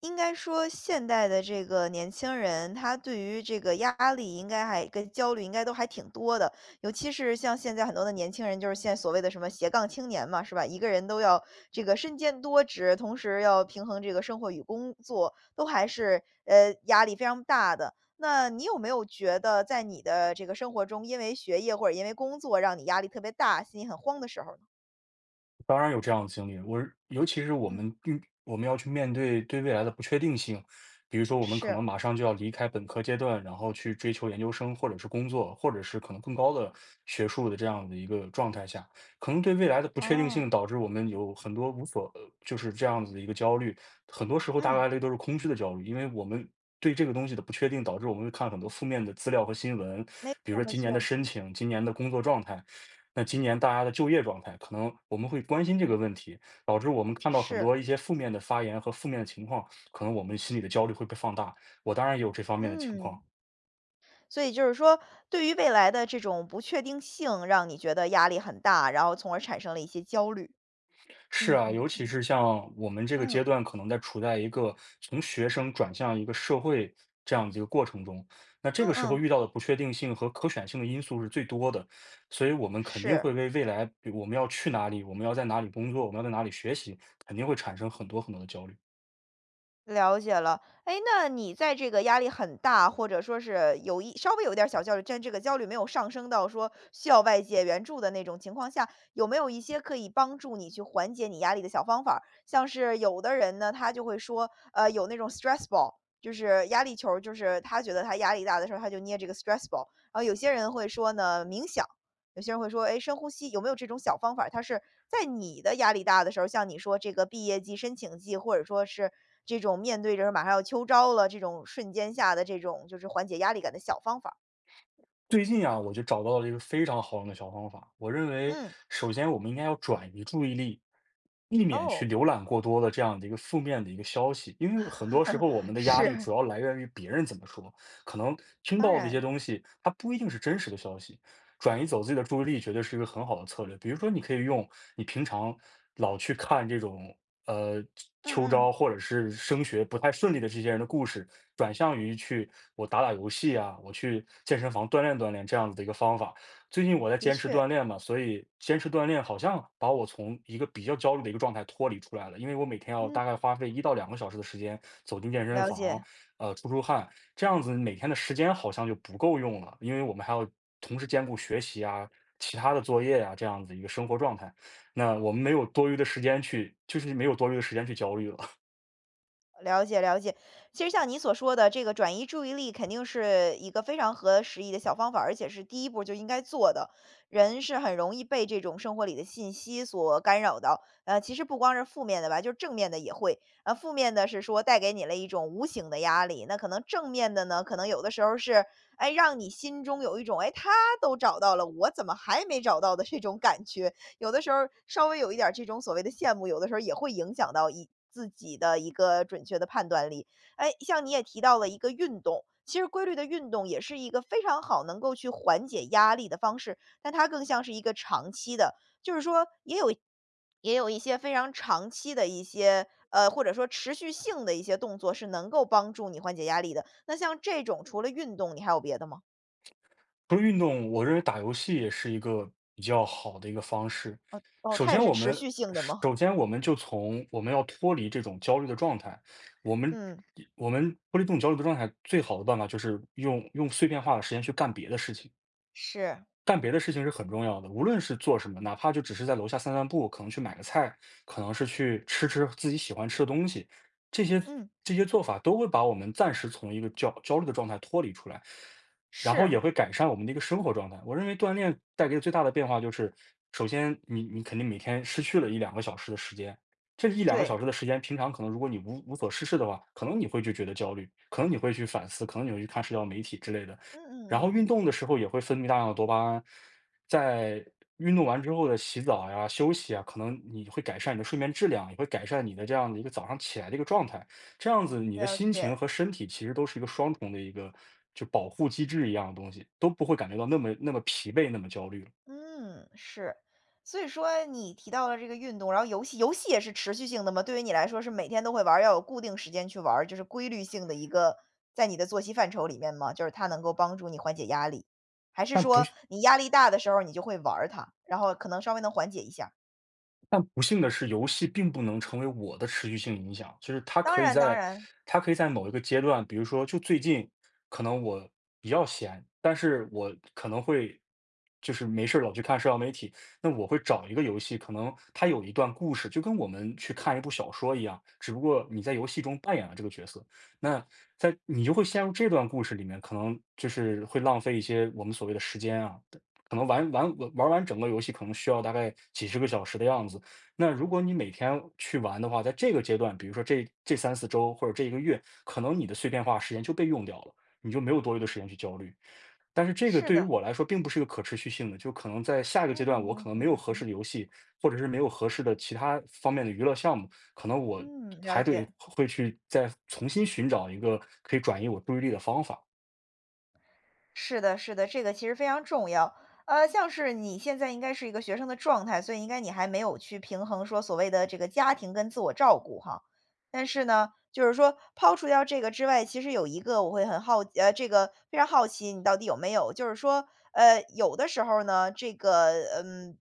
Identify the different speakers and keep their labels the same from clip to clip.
Speaker 1: 应该说现代的这个年轻人，他对于这个压力应该还跟焦虑应该都还挺多的，尤其是像现在很多的年轻人，就是现在所谓的什么斜杠青年嘛，是吧？一个人都要这个身兼多职，同时要平衡这个生活与工作，都还是压力非常大的。那你有没有觉得在你的这个生活中，因为学业或者因为工作让你压力特别大，心里很慌的时候呢？
Speaker 2: 当然有这样的经历，尤其是我
Speaker 1: 嗯，
Speaker 2: 们要去面对未来的不确定性。比如说我们可能
Speaker 1: 是，
Speaker 2: 马上就要离开本科阶段，然后去追求研究生或者是工作，或者是可能更高的学术的这样的一个状态下，可能对未来的不确定
Speaker 1: 哦，
Speaker 2: 性导致我们有很多无所，就是这样子的一个焦虑。很多时候大
Speaker 1: 嗯，
Speaker 2: 概率都是空虚的焦虑，因为我们对这个东西的不确定，导致我们会看很多负面的资料和新闻。
Speaker 1: 没
Speaker 2: 比如
Speaker 1: 错
Speaker 2: 说
Speaker 1: 没
Speaker 2: 今年的
Speaker 1: 错，
Speaker 2: 申请、今年的工作状态，那今年大家的就业状态，可能我们会关心这个问题，导致我们看到很
Speaker 1: 是，
Speaker 2: 多一些负面的发言和负面的情况，可能我们心里的焦虑会被放大。我当然也有这方面的情
Speaker 1: 嗯。
Speaker 2: 况。
Speaker 1: 所以就是说，对于未来的这种不确定性，让你觉得压力很大，然后从而产生了一些焦虑。
Speaker 2: 是
Speaker 1: 嗯
Speaker 2: 啊，
Speaker 1: 嗯
Speaker 2: 尤其
Speaker 1: 嗯，
Speaker 2: 是像我们这个阶
Speaker 1: 嗯，
Speaker 2: 段，可能在处在一个从学生转向一个社会这样的一个过程中，那这
Speaker 1: 嗯
Speaker 2: 个时候
Speaker 1: 嗯，
Speaker 2: 遇到的不确定性和可选性的因素是最多的，所以我们肯定会
Speaker 1: 是。
Speaker 2: 为未来，比如我们要去哪里，我们要在哪里工作，我们要在哪里学习，肯定会产生很多很多的焦虑。
Speaker 1: 了解了。哎，那你在这个压力很大，或者说是稍微有一点儿小焦虑，但这个焦虑没有上升到说需要外界援助的那种情况下，有没有一些可以帮助你去缓解你压力的小方法儿，像是有的人呢，他就会说，有那种 stress ball，就是压力球儿，就是他觉得他压力大的时候，他就捏这个 stress ball。然后有些人会说呢，冥想。有些人会说，哎，深呼吸，有没有这种小方法儿？它是在你的压力大的时候，像你说这个毕业季、申请季，或者说是这种面对着马上要秋招了这种瞬间下的这种就是缓解压力感的小方法儿。
Speaker 2: 最近啊，我就找到了一个非常好用的小方法。我认为，
Speaker 1: 嗯，
Speaker 2: 首先我们应该要转移注意力，避免去
Speaker 1: 哦，
Speaker 2: 浏览过多的这样的一个负面的一个消息。因为很多时候，我们的压力
Speaker 1: 是，
Speaker 2: 主要来源于别人怎么说，可能听
Speaker 1: 当
Speaker 2: 到的一些
Speaker 1: 然，
Speaker 2: 东西，它不一定是真实的消息。转移走自己的注意力绝对是一个很好的策略。比如说，你可以用你平常老去看这种呃
Speaker 1: 嗯
Speaker 2: 秋
Speaker 1: 嗯，
Speaker 2: 招或者是升学不太顺利的这些人的故事，转向于去我打打游戏啊，我去健身房锻炼锻炼这样子的一个方法。最近我在
Speaker 1: 的
Speaker 2: 坚持
Speaker 1: 确，
Speaker 2: 锻炼嘛，所以坚持锻炼好像把我从一个比较焦虑的一个状态脱离出来了，因为我每天要
Speaker 1: 嗯，
Speaker 2: 大概花费一到两个小时的时间走进健身
Speaker 1: 了
Speaker 2: 房，
Speaker 1: 解。
Speaker 2: 出出汗。这样子每天的时间好像就不够用了，因为我们还要同时兼顾学习啊、其他的作业啊这样子一个生活状态。那我们没有多余的时间去，就是没有多余的时间去焦虑了。
Speaker 1: 了解了解，其实像你所说的这个转移注意力，肯定是一个非常合时宜的小方法，而且是第一步就应该做的。人是很容易被这种生活里的信息所干扰到，其实不光是负面的吧，就是正面的也会。负面的是说带给你了一种无形的压力，那可能正面的呢，可能有的时候是，哎，让你心中有一种，哎，他都找到了，我怎么还没找到的这种感觉。有的时候稍微有一点儿这种所谓的羡慕，有的时候也会影响到自己的一个准确的判断力。哎，像你也提到了一个运动，其实规律的运动也是一个非常好能够去缓解压力的方式，但它更像是一个长期的，就是说也有一些非常长期的一些或者说持续性的一些动作是能够帮助你缓解压力的。那像这种除了运动，你还有别的吗？
Speaker 2: 除了运动，我认为打游戏也是一个比较好的一个方式。
Speaker 1: 哦，
Speaker 2: 首
Speaker 1: 它也
Speaker 2: 先，
Speaker 1: 是
Speaker 2: 我
Speaker 1: 持
Speaker 2: 们
Speaker 1: 续性的吗？
Speaker 2: 首先我们就从我们要脱离这种焦虑的状态，我们
Speaker 1: 嗯，
Speaker 2: 我们脱离这种焦虑的状态，最好的办法就是用碎片化的时间去干别的事情。
Speaker 1: 是，
Speaker 2: 干别的事情是很重要的，无论是做什么，哪怕就只是在楼下散散步，可能去买个菜，可能是去吃吃自己喜欢吃的东西，这些
Speaker 1: 嗯，
Speaker 2: 这些做法都会把我们暂时从一个焦虑的状态脱离出来，然后也
Speaker 1: 是。
Speaker 2: 会改善我们的一个生活状态。我认为锻炼带给最大的变化就是，首先你肯定每天失去了一两个小时的时间，这一两个小时
Speaker 1: 对，
Speaker 2: 的时间，平常可能如果你无所事事的话，可能你会就觉得焦虑，可能你会去反思，可能你会去看社交媒体之类的。
Speaker 1: 嗯
Speaker 2: 然
Speaker 1: 嗯嗯
Speaker 2: 后运
Speaker 1: 嗯，
Speaker 2: 动的时候也会分泌大量的多巴胺，在运动完之后的洗澡呀、休息啊，可能你会改善你的睡眠质量，也会改善你的这样的一个早上起来的一个状态。这样子，你的
Speaker 1: 了
Speaker 2: 心情
Speaker 1: 解，
Speaker 2: 和身体其实都是一个双重的一个就保护机制一样的东西，都不会感觉到那么那么疲惫、那么焦虑了。
Speaker 1: 嗯，是。所以说你提到了这个运动，然后游戏也是持续性的吗？对于你来说是每天都会玩儿，要有固定时间去玩儿，就是规律性的一个，在你的作息范畴里面吗？就是它能够帮助你缓解压力，还是
Speaker 2: 但不
Speaker 1: 说你压力大的时候你就会玩儿它，然后可能稍微能缓解一下？
Speaker 2: 但不幸的是，游戏并不能成为我的持续性影响，就是
Speaker 1: 当然当然，
Speaker 2: 它可以在某一个阶段，比如说就最近，可能我比较闲，但是我可能会就是没事儿老去看社交媒体，那我会找一个游戏，可能它有一段故事，就跟我们去看一部小说一样，只不过你在游戏中扮演了这个角色，那在你就会陷入这段故事里面，可能就是会浪费一些我们所谓的时间啊，可能玩完整个游戏可能需要大概几十个小时的样子，那如果你每天去玩的话，在这个阶段，比如说这三四周或者这一个月，可能你的碎片化时间就被用掉了，你就没有多余的时间去焦虑。但是这个
Speaker 1: 是
Speaker 2: 对于
Speaker 1: 的，
Speaker 2: 我来说并不是一个可持续性的，就可能在下一个阶
Speaker 1: 嗯
Speaker 2: 段，我可
Speaker 1: 嗯
Speaker 2: 能没有
Speaker 1: 嗯
Speaker 2: 合
Speaker 1: 嗯
Speaker 2: 适的游戏，或者是没有合适的其他方面的娱乐项目，可能我
Speaker 1: 嗯，嗯，了
Speaker 2: 还得
Speaker 1: 解。
Speaker 2: 会去再重新寻找一个可以转移我注意力的方法。
Speaker 1: 是的，是的，这个其实非常重要。像是你现在应该是一个学生的状态，所以应该你还没有去平衡说所谓的这个家庭跟自我照顾哈。但是呢，就是说抛除掉这个之外，其实有一个我会很好，这个非常好奇你到底有没有，就是说，有的时候呢，这个，嗯。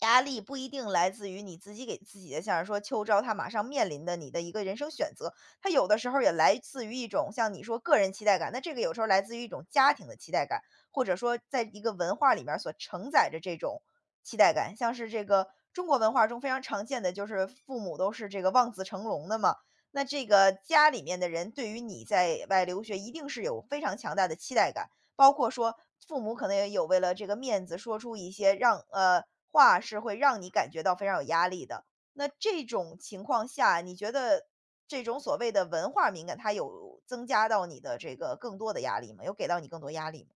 Speaker 1: 压力不一定来自于你自己给自己的，像是说秋招他马上面临的你的一个人生选择，它有的时候也来自于一种像你说个人期待感，那这个有时候来自于一种家庭的期待感，或者说在一个文化里面儿所承载着这种期待感。像是这个中国文化中非常常见的就是父母都是这个望子成龙的嘛，那这个家里面的人对于你在外留学一定是有非常强大的期待感。包括说父母可能也有为了这个面子说出一些话是会让你感觉到非常有压力的。那这种情况下，你觉得这种所谓的文化敏感，它有增加到你的这个更多的压力吗？有给到你更多压力吗？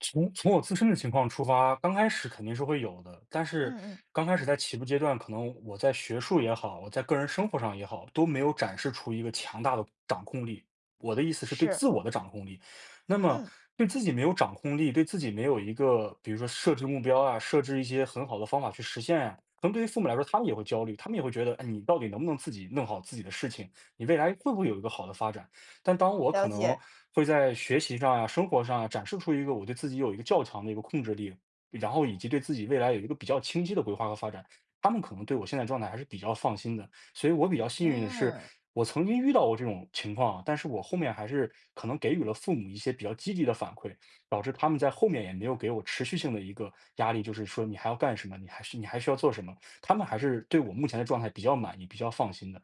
Speaker 2: 从我自身的情况出发，刚开始肯定是会有的，但是
Speaker 1: 嗯嗯，
Speaker 2: 刚开始在起步阶段，可能我在学术也好，我在个人生活上也好，都没有展示出一个强大的掌控力。我的意思是对
Speaker 1: 是，
Speaker 2: 自我的掌控力。那么
Speaker 1: 嗯，
Speaker 2: 对自己没有掌控力，对自己没有一个，比如说设置目标啊，设置一些很好的方法去实现啊，可能对于父母来说，他们也会焦虑，他们也会觉得，哎，你到底能不能自己弄好自己的事情？你未来会不会有一个好的发展？但当我
Speaker 1: 了
Speaker 2: 可能
Speaker 1: 解，
Speaker 2: 会在学习上呀、生活上啊，展示出一个我对自己有一个较强的一个控制力，然后以及对自己未来有一个比较清晰的规划和发展，他们可能对我现在状态还是比较放心的。所以我比较幸运的
Speaker 1: 嗯。
Speaker 2: 是，我曾经遇到过这种情况啊，但是我后面还是可能给予了父母一些比较积极的反馈，导致他们在后面也没有给我持续性的一个压力，就是说你还要干什么，你还需要做什么，他们还是对我目前的状态比较满意、比较放心的。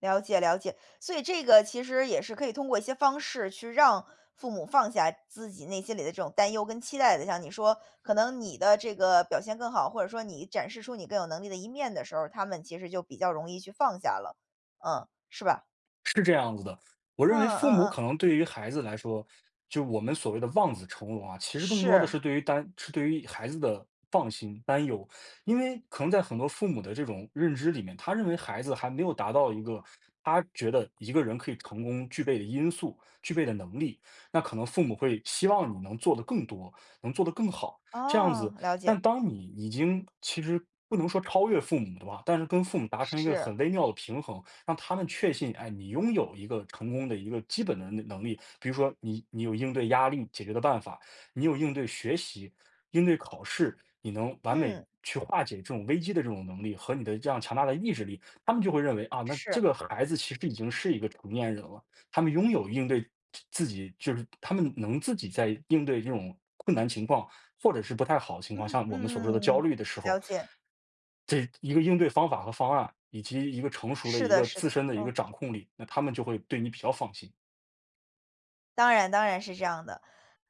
Speaker 1: 了解了解，所以这个其实也是可以通过一些方式去让父母放下自己内心里的这种担忧跟期待的。像你说，可能你的这个表现更好，或者说你展示出你更有能力的一面的时候，他们其实就比较容易去放下了，嗯，是吧？
Speaker 2: 是这样子的，我
Speaker 1: 嗯
Speaker 2: 认为父
Speaker 1: 嗯
Speaker 2: 母
Speaker 1: 嗯，
Speaker 2: 可能对于孩子来说，就我们所谓的望子成龙啊，其实更多的
Speaker 1: 是，
Speaker 2: 是对于担，是对于孩子的放心担忧，因为可能在很多父母的这种认知里面，他认为孩子还没有达到一个他觉得一个人可以成功具备的因素、具备的能力，那可能父母会希望你能做得更多，能做得更好，这样
Speaker 1: 哦，
Speaker 2: 子。
Speaker 1: 了解，
Speaker 2: 但当你已经其实，不能说超越父母的吧，但是跟父母达成一个
Speaker 1: 是，
Speaker 2: 很微妙的平衡，让他们确信，哎，你拥有一个成功的一个基本的能力，比如说你有应对压力解决的办法，你有应对学习、应对考试，你能完
Speaker 1: 嗯，
Speaker 2: 美去化解这种危机的这种能力和你的这样强大的意志力，他们就会认为啊，那
Speaker 1: 是，
Speaker 2: 这个孩子其实已经是一个成年人了，他们拥有应对自己，就是他们能自己在应对这种困难情况或者是不太好的情
Speaker 1: 嗯
Speaker 2: 况，
Speaker 1: 嗯
Speaker 2: 像我们所说的
Speaker 1: 嗯嗯，
Speaker 2: 焦
Speaker 1: 嗯，
Speaker 2: 虑的时
Speaker 1: 了
Speaker 2: 候，
Speaker 1: 解，
Speaker 2: 这一个应对方法和方案，以及一个成熟的
Speaker 1: 是
Speaker 2: 一
Speaker 1: 的，
Speaker 2: 个
Speaker 1: 是的，
Speaker 2: 自身的一个
Speaker 1: 嗯，
Speaker 2: 掌控力，那他们就会对你比较放心。
Speaker 1: 当然当然是这样的。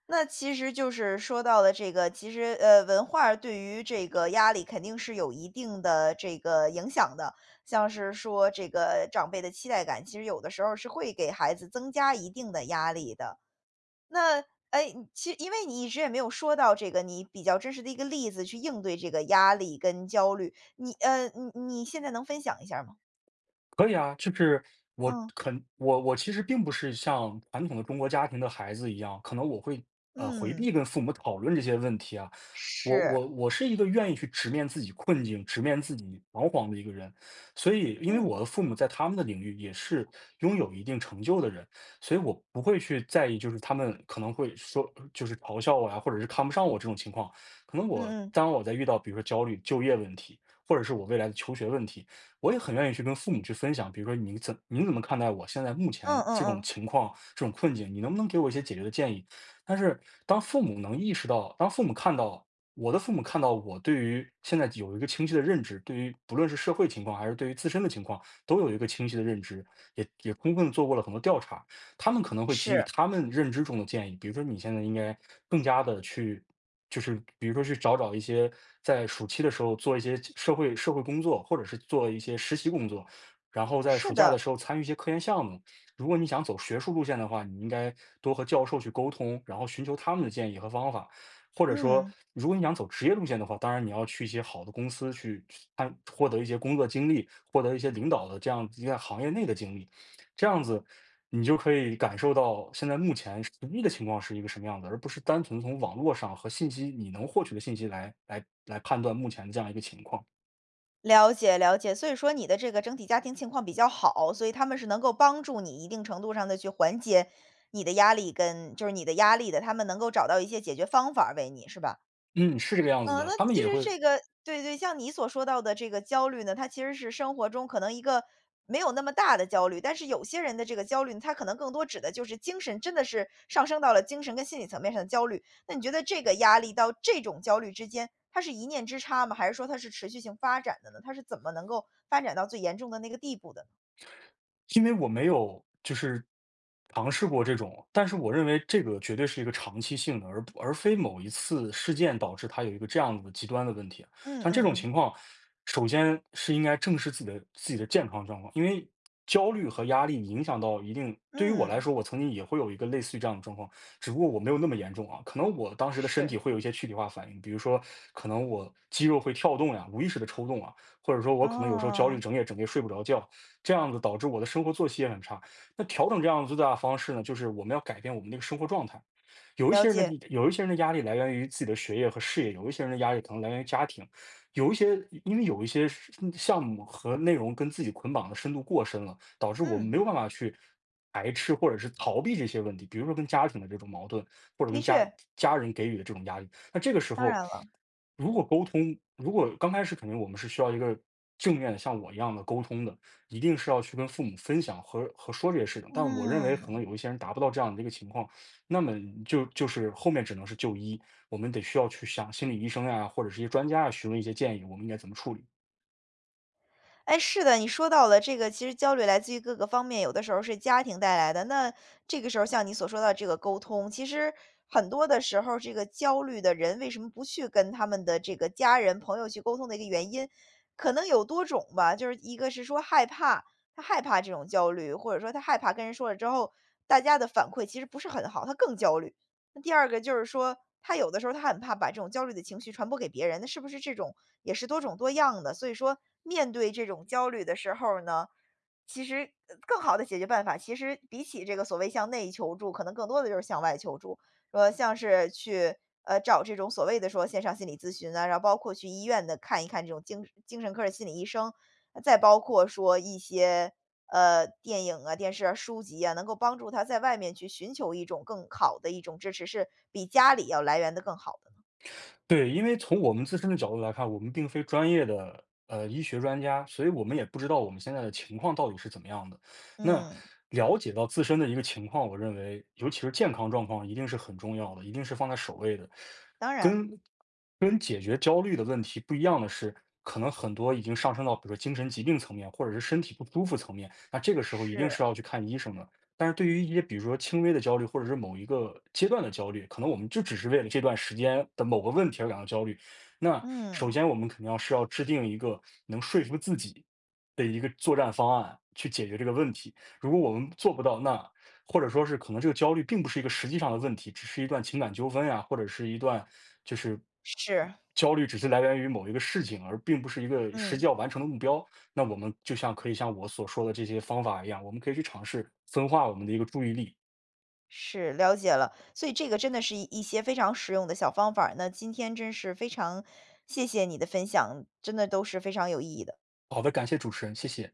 Speaker 1: 那其实就是说到了这个，其实文化儿对于这个压力肯定是有一定的这个影响的。像是说这个长辈的期待感，其实有的时候是会给孩子增加一定的压力的。那哎，你其实因为你一直也没有说到这个你比较真实的一个例子去应对这个压力跟焦虑，你现在能分享一下吗？
Speaker 2: 可以啊，就是我
Speaker 1: 嗯
Speaker 2: 肯我我其实并不是像传统的中国家庭的孩子一样，可能我会回
Speaker 1: 嗯，
Speaker 2: 避跟父母讨论这些问题啊。我
Speaker 1: 是，
Speaker 2: 我我是一个愿意去直面自己困境、直面自己彷徨的一个人，所以因为
Speaker 1: 嗯
Speaker 2: 我的父母在他们的领域也是拥有一定成就的人，所以我不会去在意，就是他们可能会说就是嘲笑我呀、或者是看不上我这种情况。可能
Speaker 1: 嗯
Speaker 2: 我
Speaker 1: 嗯
Speaker 2: 当我在遇到比如说焦虑、就业问题，或者是我未来的求学问题。我也很愿意去跟父母去分享，比如说你怎么看待我现在目
Speaker 1: 嗯
Speaker 2: 前
Speaker 1: 嗯
Speaker 2: 这种
Speaker 1: 嗯，
Speaker 2: 情况、这种困境，你能不能给我一些解决的建议？但是当父母能意识到，当父母看到我的父母看到我对于现在有一个清晰的认知，对于不论是社会情况还是对于自身的情况，都有一个清晰的认知，也充分地做过了很多调查，他们可能会给予
Speaker 1: 是
Speaker 2: 他们认知中的建议，比如说你现在应该更加的去就是比如说去找一些在暑期的时候做一些社会工作，或者是做一些实习工作，然后在
Speaker 1: 是
Speaker 2: 暑假的
Speaker 1: 的，
Speaker 2: 时候参与一些科研项目。如果你想走学术路线的话，你应该多和教授去沟通，然后寻求他们的建议和方法。或者说，
Speaker 1: 嗯。
Speaker 2: 如果你想走职业路线的话，当然你要去一些好的公司去参获得一些工作经历，获得一些领导的这样一个行业内的经历。这样子你就可以感受到现在目前实际的情况是一个什么样子，而不是单纯从网络上和信息你能获取的信息来判断目前的这样一个情况。
Speaker 1: 了解了解，所以说你的这个整体家庭情况比较好，所以他们是能够帮助你一定程度上的去缓解你的压力，跟就是你的压力的，他们能够找到一些解决方法儿为你，是吧？
Speaker 2: 嗯，是这个样子
Speaker 1: 嗯，
Speaker 2: 的，
Speaker 1: 那
Speaker 2: 他们
Speaker 1: 其
Speaker 2: 也
Speaker 1: 实
Speaker 2: 会
Speaker 1: 这个对对，像你所说到的这个焦虑呢，它其实是生活中可能一个没有那么大的焦虑，但是有些人的这个焦虑呢，他可能更多指的就是精神，真的是上升到了精神跟心理层面上的焦虑。那你觉得这个压力到这种焦虑之间，它是一念之差吗？还是说它是持续性发展的呢？它是怎么能够发展到最严重的那个地步的呢？
Speaker 2: 因为我没有就是尝试过这种，但是我认为这个绝对是一个长期性的，而非某一次事件导致它有一个这样子的极端的问题。
Speaker 1: 嗯嗯
Speaker 2: 像这种
Speaker 1: 嗯
Speaker 2: 情况，首先是应该正视自己的健康状况，因为焦虑和压力影响到一定。对于我来
Speaker 1: 嗯，
Speaker 2: 说，我曾经也会有一个类似于这样的状况，只不过我没有那么严重啊。可能我当时的身
Speaker 1: 是，
Speaker 2: 体会有一些躯体化反应，比如说，可能我肌肉会跳动呀，无意识的抽动啊，或者说我可能有时候焦虑
Speaker 1: 哦，
Speaker 2: 整夜整夜睡不着觉，这样子导致我的生活作息也很差。那调整这样的最大的方式呢，就是我们要改变我们那个生活状态。有一
Speaker 1: 了
Speaker 2: 些人
Speaker 1: 解，
Speaker 2: 的有一些人的压力来源于自己的学业和事业，有一些人的压力可能来源于家庭，有一些因为有一些是项目和内容跟自己捆绑的深度过深了，导致我们
Speaker 1: 嗯，
Speaker 2: 没有办法去排斥或者是逃避这些问题，比如说跟家庭的这种矛盾，或者
Speaker 1: 的
Speaker 2: 跟家
Speaker 1: 确，
Speaker 2: 家人给予的这种压力，那这个时
Speaker 1: 当
Speaker 2: 候，
Speaker 1: 然了，
Speaker 2: 如果沟通，如果刚开始肯定我们是需要一个正面的，像我一样的沟通的，一定是要去跟父母分享和说这些事情。但我认为可
Speaker 1: 嗯。
Speaker 2: 能有一些人达不到这样的一个情况，那么就是后面只能是就医，我们得需要去向心理医生呀，或者是一些专家啊询问一些建议，我们应该怎么处理。
Speaker 1: 哎，是的，你说到了这个，其实焦虑来自于各个方面，有的时候是家庭带来的。那这个时候，像你所说到这个沟通，其实很多的时候，这个焦虑的人为什么不去跟他们的这个家人、朋友去沟通的一个原因，可能有多种吧。就是一个是说害怕，他害怕这种焦虑，或者说他害怕跟人说了之后，大家的反馈其实不是很好，他更焦虑。那第二个就是说，他有的时候他很怕把这种焦虑的情绪传播给别人，那是不是这种也是多种多样的？所以说，面对这种焦虑的时候呢，其实更好的解决办法，其实比起这个所谓向内求助，可能更多的就是向外求助。说像是去找这种所谓的说线上心理咨询啊，然后包括去医院的看一看这种精神科的心理医生，再包括说一些电影啊、电视啊、书籍啊，能够帮助他在外面去寻求一种更好的一种支持，是比家里要来源的更好的呢。
Speaker 2: 对，因为从我们自身的角度来看，我们并非专业的医学专家，所以我们也不知道我们现在的情况到底是怎么样的。那
Speaker 1: 嗯，
Speaker 2: 了解到自身的一个情况，我认为尤其是健康状况，一定是很重要的，一定是放在首位的。
Speaker 1: 当然，
Speaker 2: 跟跟解决焦虑的问题不一样的是，可能很多已经上升到比如说精神疾病层面，或者是身体不舒服层面，那这个时候一定
Speaker 1: 是，
Speaker 2: 是要去看医生的。但是对于一些比如说轻微的焦虑，或者是某一个阶段的焦虑，可能我们就只是为了这段时间的某个问题而感到焦虑。那首
Speaker 1: 嗯，
Speaker 2: 先我们肯定要是要制定一个能说服自己的一个作战方案去解决这个问题。如果我们做不到，那或者说是可能这个焦虑并不是一个实际上的问题，只是一段情感纠纷呀，或者是一段就是
Speaker 1: 是，
Speaker 2: 焦虑只是来源于某一个事情，而并不是一个实
Speaker 1: 嗯，
Speaker 2: 际要完成的目标。那我们就像可以像我所说的这些方法一样，我们可以去尝试分化我们的一个注意力。
Speaker 1: 是，了解了。所以这个真的是一些非常实用的小方法儿，那今天真是非常谢谢你的分享，真的都是非常有意义的。
Speaker 2: 好的，感谢主持人，谢谢。